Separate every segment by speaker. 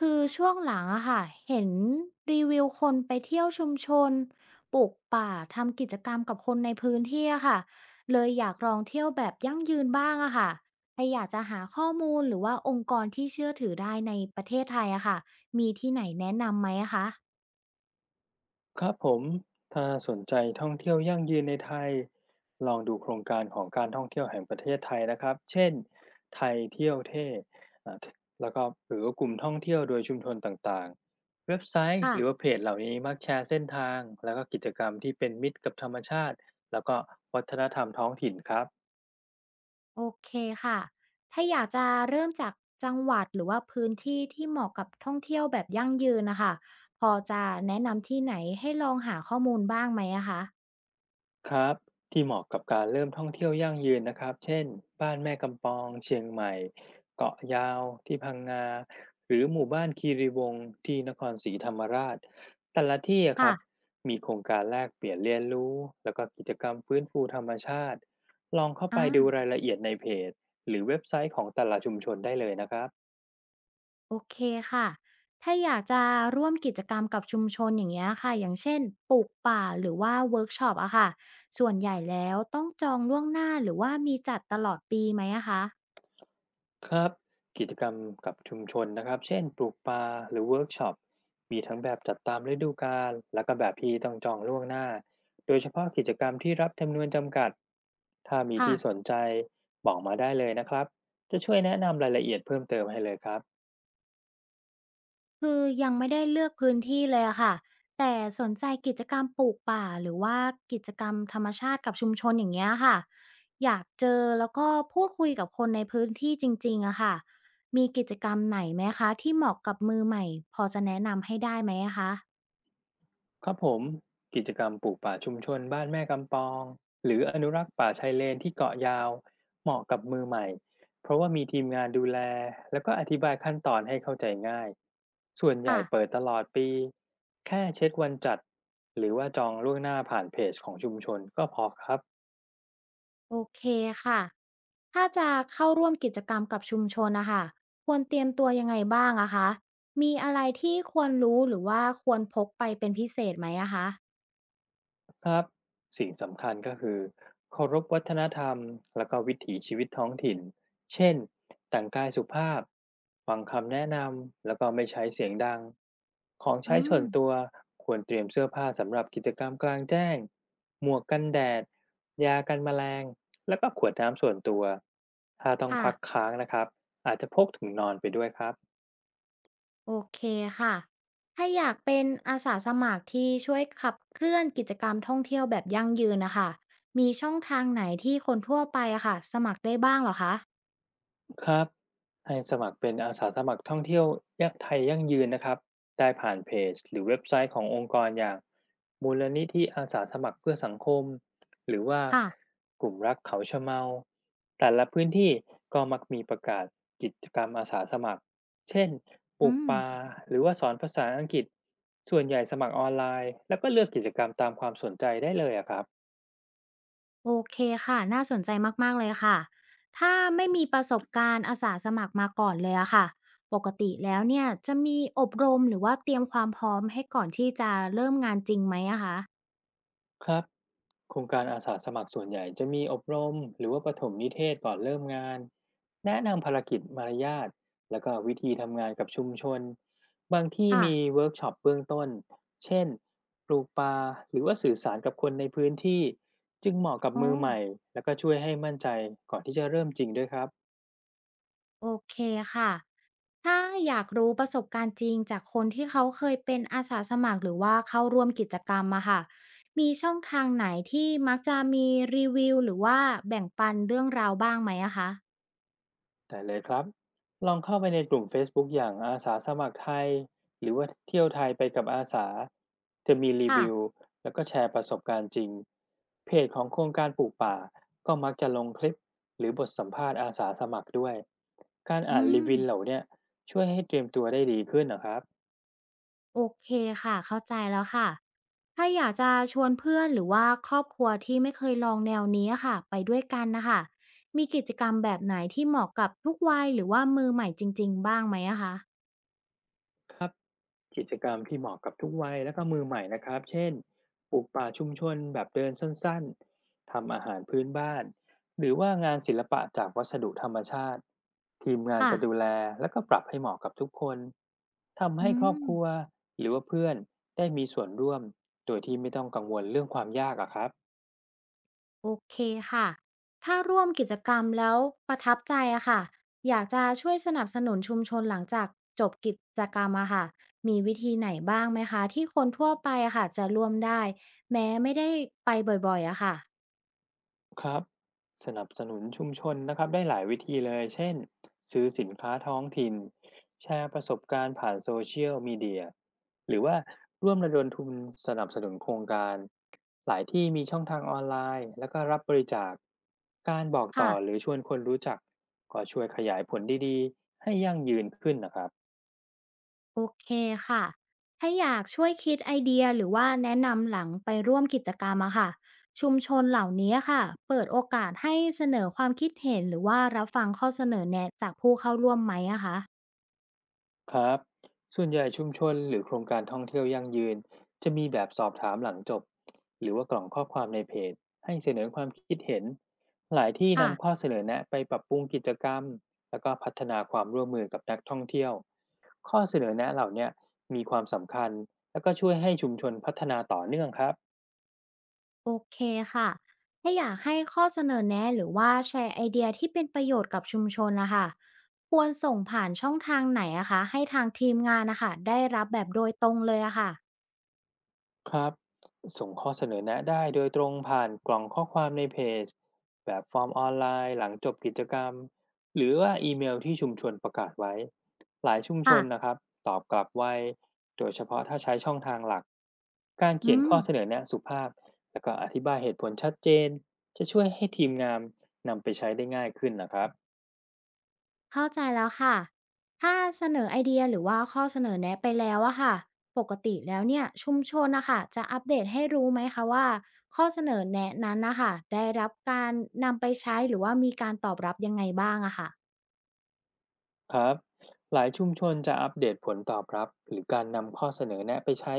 Speaker 1: คือช่วงหลังอะค่ะเห็นรีวิวคนไปเที่ยวชุมชนปลูกป่าทำกิจกรรมกับคนในพื้นที่อะค่ะเลยอยากลองเที่ยวแบบยั่งยืนบ้างอะค่ะถ้าอยากจะหาข้อมูลหรือว่าองค์กรที่เชื่อถือได้ในประเทศไทยอะค่ะมีที่ไหนแนะนำไหมอะคะ
Speaker 2: ครับผมถ้าสนใจท่องเที่ยวยั่งยืนในไทยลองดูโครงการของการท่องเที่ยวแห่งประเทศไทยนะครับเช่นไทยเที่ยวเท่อ่าแล้วก็หรือว่ากลุ่มท่องเที่ยวโดยชุมชนต่างๆเว็บไซต์
Speaker 1: ค่ะ
Speaker 2: หรือว่าเพจเหล่านี้มักแชร์เส้นทางแล้วก็กิจกรรมที่เป็นมิตรกับธรรมชาติแล้วก็วัฒนธรรมท้องถิ่นครับ
Speaker 1: โอเคค่ะถ้าอยากจะเริ่มจากจังหวัดหรือว่าพื้นที่ที่เหมาะกับท่องเที่ยวแบบยั่งยืนนะคะพอจะแนะนำที่ไหนให้ลองหาข้อมูลบ้างไหมอะคะ
Speaker 2: ครับที่เหมาะกับการเริ่มท่องเที่ยวยั่งยืนนะครับเช่นบ้านแม่กำปองเชียงใหม่เกาะยาวที่พังงาหรือหมู่บ้านคีรีวงศ์ที่นครศรีธรรมราชแต่ละที่อะค
Speaker 1: ค่ะ
Speaker 2: รับมีโครงการแลกเปลี่ยนเรียนรู้แล้วก็กิจกรรมฟื้นฟูธรรมชาติลองเข้าไป
Speaker 1: อ่า
Speaker 2: ดูรายละเอียดในเพจหรือเว็บไซต์ของแต่ละชุมชนได้เลยนะครับ
Speaker 1: โอเคค่ะ ถ้าอยากจะร่วมกิจกรรมกับชุมชนอย่างเงี้ยค่ะอย่างเช่นปลูกป่าหรือว่าเวิร์กช็อปอะค่ะ ส่วนใหญ่แล้วต้องจองล่วงหน้าหรือว่ามีจัดตลอดปีไหมอะคะ
Speaker 2: ครับกิจกรรมกับชุมชนนะครับเช่นปลูกป่าหรือเวิร์กช็อปมีทั้งแบบจัดตามฤดูกาลและก็แบบที่ต้องจองล่วงหน้าโดยเฉพาะกิจกรรมที่รับจำนวนจำกัดถ้ามี
Speaker 1: ค่ะ
Speaker 2: ที่สนใจบอกมาได้เลยนะครับจะช่วยแนะนำรายละเอียดเพิ่มเติมให้เลยครับ
Speaker 1: คือยังไม่ได้เลือกพื้นที่เลยอะค่ะแต่สนใจกิจกรรมปลูกป่าหรือว่ากิจกรรมธรรมชาติกับชุมชนอย่างเงี้ยค่ะอยากเจอแล้วก็พูดคุยกับคนในพื้นที่จริงๆอะค่ะมีกิจกรรมไหนไหมคะที่เหมาะกับมือใหม่พอจะแนะนำให้ได้ไหมอะคะ
Speaker 2: ครับผมกิจกรรมปลูกป่าชุมชนบ้านแม่กำปองหรืออนุรักษ์ป่าชายเลนที่เกาะยาวเหมาะกับมือใหม่เพราะว่ามีทีมงานดูแลแล้วก็อธิบายขั้นตอนให้เข้าใจง่ายส่วนใหญ่
Speaker 1: ค่ะ
Speaker 2: เปิดตลอดปีแค่เช็ควันจัดหรือว่าจองล่วงหน้าผ่านเพจของชุมชนก็พอครับ
Speaker 1: โอเคค่ะถ้าจะเข้าร่วมกิจกรรมกับชุมชนนะคะควรเตรียมตัวยังไงบ้างอะคะ มีอะไรที่ควรรู้หรือว่าควรพกไปเป็นพิเศษไหมอะคะ
Speaker 2: ครับสิ่งสำคัญก็คือเคารพวัฒนธรรมแล้วก็วิถีชีวิตท้องถิ่นเช่นแต่งกายสุภาพฟังคำแนะนำแล้วก็ไม่ใช้เสียงดังของใช้
Speaker 1: อื
Speaker 2: ส่
Speaker 1: ม
Speaker 2: วนตัวควรเตรียมเสื้อผ้าสำหรับกิจกรรมกลางแจ้งหมวกกันแดดยากันแมลงแล้วก็ขวดน้ำส่วนตัวถ้าต้อง
Speaker 1: ค่ะ
Speaker 2: พักค้างนะครับอาจจะพกถุงนอนไปด้วยครับ
Speaker 1: โอเคค่ะ ถ้าอยากเป็นอาสาสมัครที่ช่วยขับเคลื่อนกิจกรรมท่องเที่ยวแบบยั่งยืนนะคะมีช่องทางไหนที่คนทั่วไปอะค่ะสมัครได้บ้างเหรอคะ
Speaker 2: ครับให้สมัครเป็นอาสาสมัครท่องเที่ยวยักไทยยั่งยืนนะครับได้ผ่านเพจหรือเว็บไซต์ขององค์กรอย่างมูลนิธิอาสาสมัครเพื่อสังคมหรือว่า
Speaker 1: ค่ะ
Speaker 2: กลุ่มรักเขาชะเมาแต่ละพื้นที่ก็มักมีประกาศกิจกรรมอาสาสมัครเช่นปลู
Speaker 1: อื
Speaker 2: ก
Speaker 1: ม
Speaker 2: ป่าหรือว่าสอนภาษาอังกฤษส่วนใหญ่สมัครออนไลน์แล้วก็เลือกกิจกรรมตามความสนใจได้เลยอะครับ
Speaker 1: โอเคค่ะน่าสนใจมากๆเลยค่ะถ้าไม่มีประสบการณ์อาสาสมัครมาก่อนเลยอะค่ะปกติแล้วเนี่ยจะมีอบรมหรือว่าเตรียมความพร้อมให้ก่อนที่จะเริ่มงานจริงไหมอะคะ
Speaker 2: ครับโครงการอาสาสมัครส่วนใหญ่จะมีอบรมหรือว่าปฐมนิเทศก่อนเริ่มงานแนะนำภารกิจมารยาทแล้วก็วิธีทำงานกับชุมชนบางที่มี
Speaker 1: ค่ะ
Speaker 2: เวิร์กช็อปเบื้องต้นเช่นปลูกป่าหรือว่าสื่อสารกับคนในพื้นที่จึงเหมาะกับ
Speaker 1: อ๋อ
Speaker 2: มือใหม่แล้วก็ช่วยให้มั่นใจก่อนที่จะเริ่มจริงด้วยครับ
Speaker 1: โอเคค่ะถ้าอยากรู้ประสบการณ์จริงจากคนที่เขาเคยเป็นอาสาสมัครหรือว่าเข้าร่วมกิจกรรมอะค่ะมีช่องทางไหนที่มักจะมีรีวิวหรือว่าแบ่งปันเรื่องราวบ้างไหมอะคะ
Speaker 2: ได้เลยครับลองเข้าไปในกลุ่ม Facebook อย่างอาสาสมัครไทยหรือว่าเที่ยวไทยไปกับอาสาจะมีรี
Speaker 1: ค่ะ
Speaker 2: วิวแล้วก็แชร์ประสบการณ์จริงเพจของโครงการปลูกป่าก็มักจะลงคลิปหรือบทสัมภาษณ์อาสาสมัครด้วยการ
Speaker 1: อื
Speaker 2: อ่านรี
Speaker 1: ม
Speaker 2: วิวเหล่าเนี้ยช่วยให้เตรียมตัวได้ดีขึ้นนะครับ
Speaker 1: โอเคค่ะเข้าใจแล้วค่ะถ้าอยากจะชวนเพื่อนหรือว่าครอบครัวที่ไม่เคยลองแนวนี้อะค่ะไปด้วยกันนะคะมีกิจกรรมแบบไหนที่เหมาะกับทุกวัยหรือว่ามือใหม่จริงๆบ้างไหมอะคะ
Speaker 2: ครับกิจกรรมที่เหมาะกับทุกวัยและก็มือใหม่นะครับเช่นปลูกป่าชุมชนแบบเดินสั้นๆทำอาหารพื้นบ้านหรือว่างานศิลปะจากวัสดุธรรมชาติทีมงาน
Speaker 1: ค่ะ
Speaker 2: จะดูแลและก็ปรับให้เหมาะกับทุกคนทำ
Speaker 1: อื
Speaker 2: ให้ครอบ
Speaker 1: ม
Speaker 2: ครัวหรือว่าเพื่อนได้มีส่วนร่วมโดยที่ไม่ต้องกังวลเรื่องความยากอะครับ
Speaker 1: โอเคค่ะถ้าร่วมกิจกรรมแล้วประทับใจอะค่ะอยากจะช่วยสนับสนุนชุมชนหลังจากจบกิจกรรมอะค่ะมีวิธีไหนบ้างไหมคะที่คนทั่วไปอะค่ะจะร่วมได้แม้ไม่ได้ไปบ่อยๆอะค่ะ
Speaker 2: ครับสนับสนุนชุมชนนะครับได้หลายวิธีเลยเช่นซื้อสินค้าท้องถิ่นแชร์ประสบการณ์ผ่านโซเชียลมีเดียหรือว่าร่วมระดมทุนสนับสนุนโครงการหลายที่มีช่องทางออนไลน์แล้วก็รับบริจาคการบอกต่
Speaker 1: ค่ะ
Speaker 2: อหรือชวนคนรู้จักก็ช่วยขยายผลดีๆให้ยั่งยืนขึ้นนะครับ
Speaker 1: โอเคค่ะถ้าอยากช่วยคิดไอเดียหรือว่าแนะนำหลังไปร่วมกิจกรรมอะค่ะชุมชนเหล่านี้ค่ะเปิดโอกาสให้เสนอความคิดเห็นหรือว่ารับฟังข้อเสนอแนะจากผู้เข้าร่วมไหมอะคะ
Speaker 2: ครับส่วนใหญ่ชุมชนหรือโครงการท่องเที่ยวยั่งยืนจะมีแบบสอบถามหลังจบหรือว่ากล่องข้อความในเพจให้เสนอความคิดเห็นหลายที่
Speaker 1: ค่ะ
Speaker 2: นำข้อเสนอแนะไปปรับปรุงกิจกรรมแล้วก็พัฒนาความร่วมมือกับนักท่องเที่ยวข้อเสนอแนะเหล่าเนี้ยมีความสำคัญแล้วก็ช่วยให้ชุมชนพัฒนาต่อเนื่องครับ
Speaker 1: โอเคค่ะถ้าอยากให้ข้อเสนอแนะหรือว่าแชร์ไอเดียที่เป็นประโยชน์กับชุมชนนะคะควรส่งผ่านช่องทางไหนอะคะให้ทางทีมงานนะคะได้รับแบบโดยตรงเลยอะค่ะ
Speaker 2: ครับส่งข้อเสนอแนะได้โดยตรงผ่านกล่องข้อความในเพจแบบฟอร์มออนไลน์หลังจบกิจกรรมหรือว่าอีเมลที่ชุมชนประกาศไว้หลายชุมช
Speaker 1: ค่ะ
Speaker 2: นนะครับตอบกลับไวโดยเฉพาะถ้าใช้ช่องทางหลักการเขี
Speaker 1: อื
Speaker 2: ยน
Speaker 1: ม
Speaker 2: ข้อเสนอแนะสุภาพแล้วก็อธิบายเหตุผลชัดเจนจะช่วยให้ทีมงานนำไปใช้ได้ง่ายขึ้นนะครับ
Speaker 1: เข้าใจแล้วค่ะ ถ้าเสนอไอเดียหรือว่าข้อเสนอแนะไปแล้วอะค่ะ ปกติแล้วเนี่ยชุมชนนะคะจะอัปเดตให้รู้ไหมคะว่าข้อเสนอแนะนั้นนะคะได้รับการนำไปใช้หรือว่ามีการตอบรับยังไงบ้างอะค่ะ
Speaker 2: ครับหลายชุมชนจะอัปเดตผลตอบรับหรือการนำข้อเสนอแนะไปใช้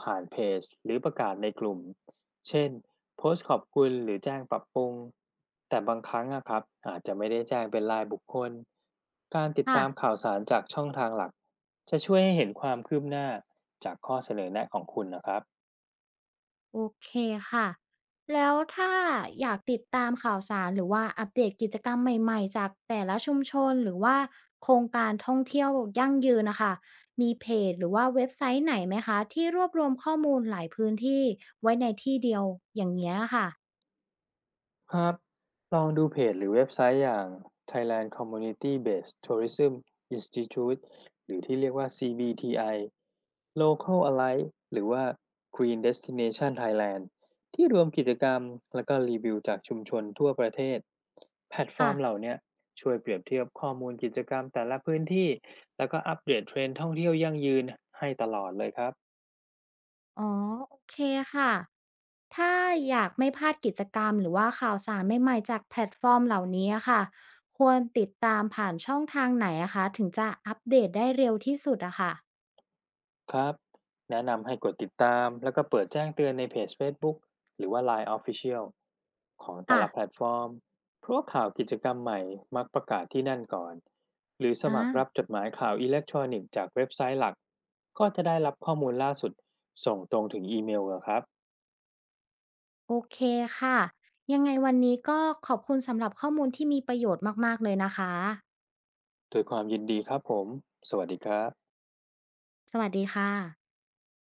Speaker 2: ผ่านเพจหรือประกาศในกลุ่มเช่นโพสต์ขอบคุณหรือแจ้งปรับปรุงแต่บางครั้งอะครับอาจจะไม่ได้แจ้งเป็นรายบุคคลการติด
Speaker 1: ค่ะ
Speaker 2: ตามข่าวสารจากช่องทางหลักจะช่วยให้เห็นความคืบหน้าจากข้อเสนอแนะของคุณนะครับ
Speaker 1: โอเคค่ะ แล้วถ้าอยากติดตามข่าวสารหรือว่าอัปเดตกิจกรรมใหม่ๆจากแต่ละชุมชนหรือว่าโครงการท่องเที่ยวยั่งยืนนะคะ มีเพจหรือว่าเว็บไซต์ไหนไหมคะที่รวบรวมข้อมูลหลายพื้นที่ไว้ในที่เดียวอย่างเงี้ยค่ะ
Speaker 2: ครับลองดูเพจหรือเว็บไซต์อย่าง Thailand Community Based Tourism Institute หรือที่เรียกว่า CBTI Local Alike หรือว่า Green Destination Thailand ที่รวมกิจกรรมและก็รีวิวจากชุมชนทั่วประเทศแพลตฟอร์มเห
Speaker 1: ค่ะ
Speaker 2: ล่าเนี้ยช่วยเปรียบเทียบข้อมูลกิจกรรมแต่ละพื้นที่แล้วก็อัปเดตเทรนด์ท่องเที่ยวยั่งยืนให้ตลอดเลยครับ
Speaker 1: อ๋อโอเคค่ะ ถ้าอยากไม่พลาดกิจกรรมหรือว่าข่าวสารใหม่ๆจากแพลตฟอร์มเหล่านี้อะค่ะควรติดตามผ่านช่องทางไหนอะคะถึงจะอัปเดตได้เร็วที่สุดอะค่ะ
Speaker 2: ครับแนะนำให้กดติดตามแล้วก็เปิดแจ้งเตือนในเพจ Facebook หรือว่า Line Official ของแต่
Speaker 1: ค่ะ
Speaker 2: ละแพลตฟอร์มเพราะว่าข่าวกิจกรรมใหม่มักประกาศที่นั่นก่อนหรือส
Speaker 1: อา
Speaker 2: มัครรับจดหมายข่าวอิเล็กทรอนิกส์จากเว็บไซต์หลักก็จะได้รับข้อมูลล่าสุดส่งตรงถึงอีเมลเหรอครับ
Speaker 1: โอเคค่ะ ยังไงวันนี้ก็ขอบคุณสำหรับข้อมูลที่มีประโยชน์มากๆเลยนะคะ
Speaker 2: โดวยความยินดีครับผมสวัสดีครับ
Speaker 1: สวัสดีค่ะ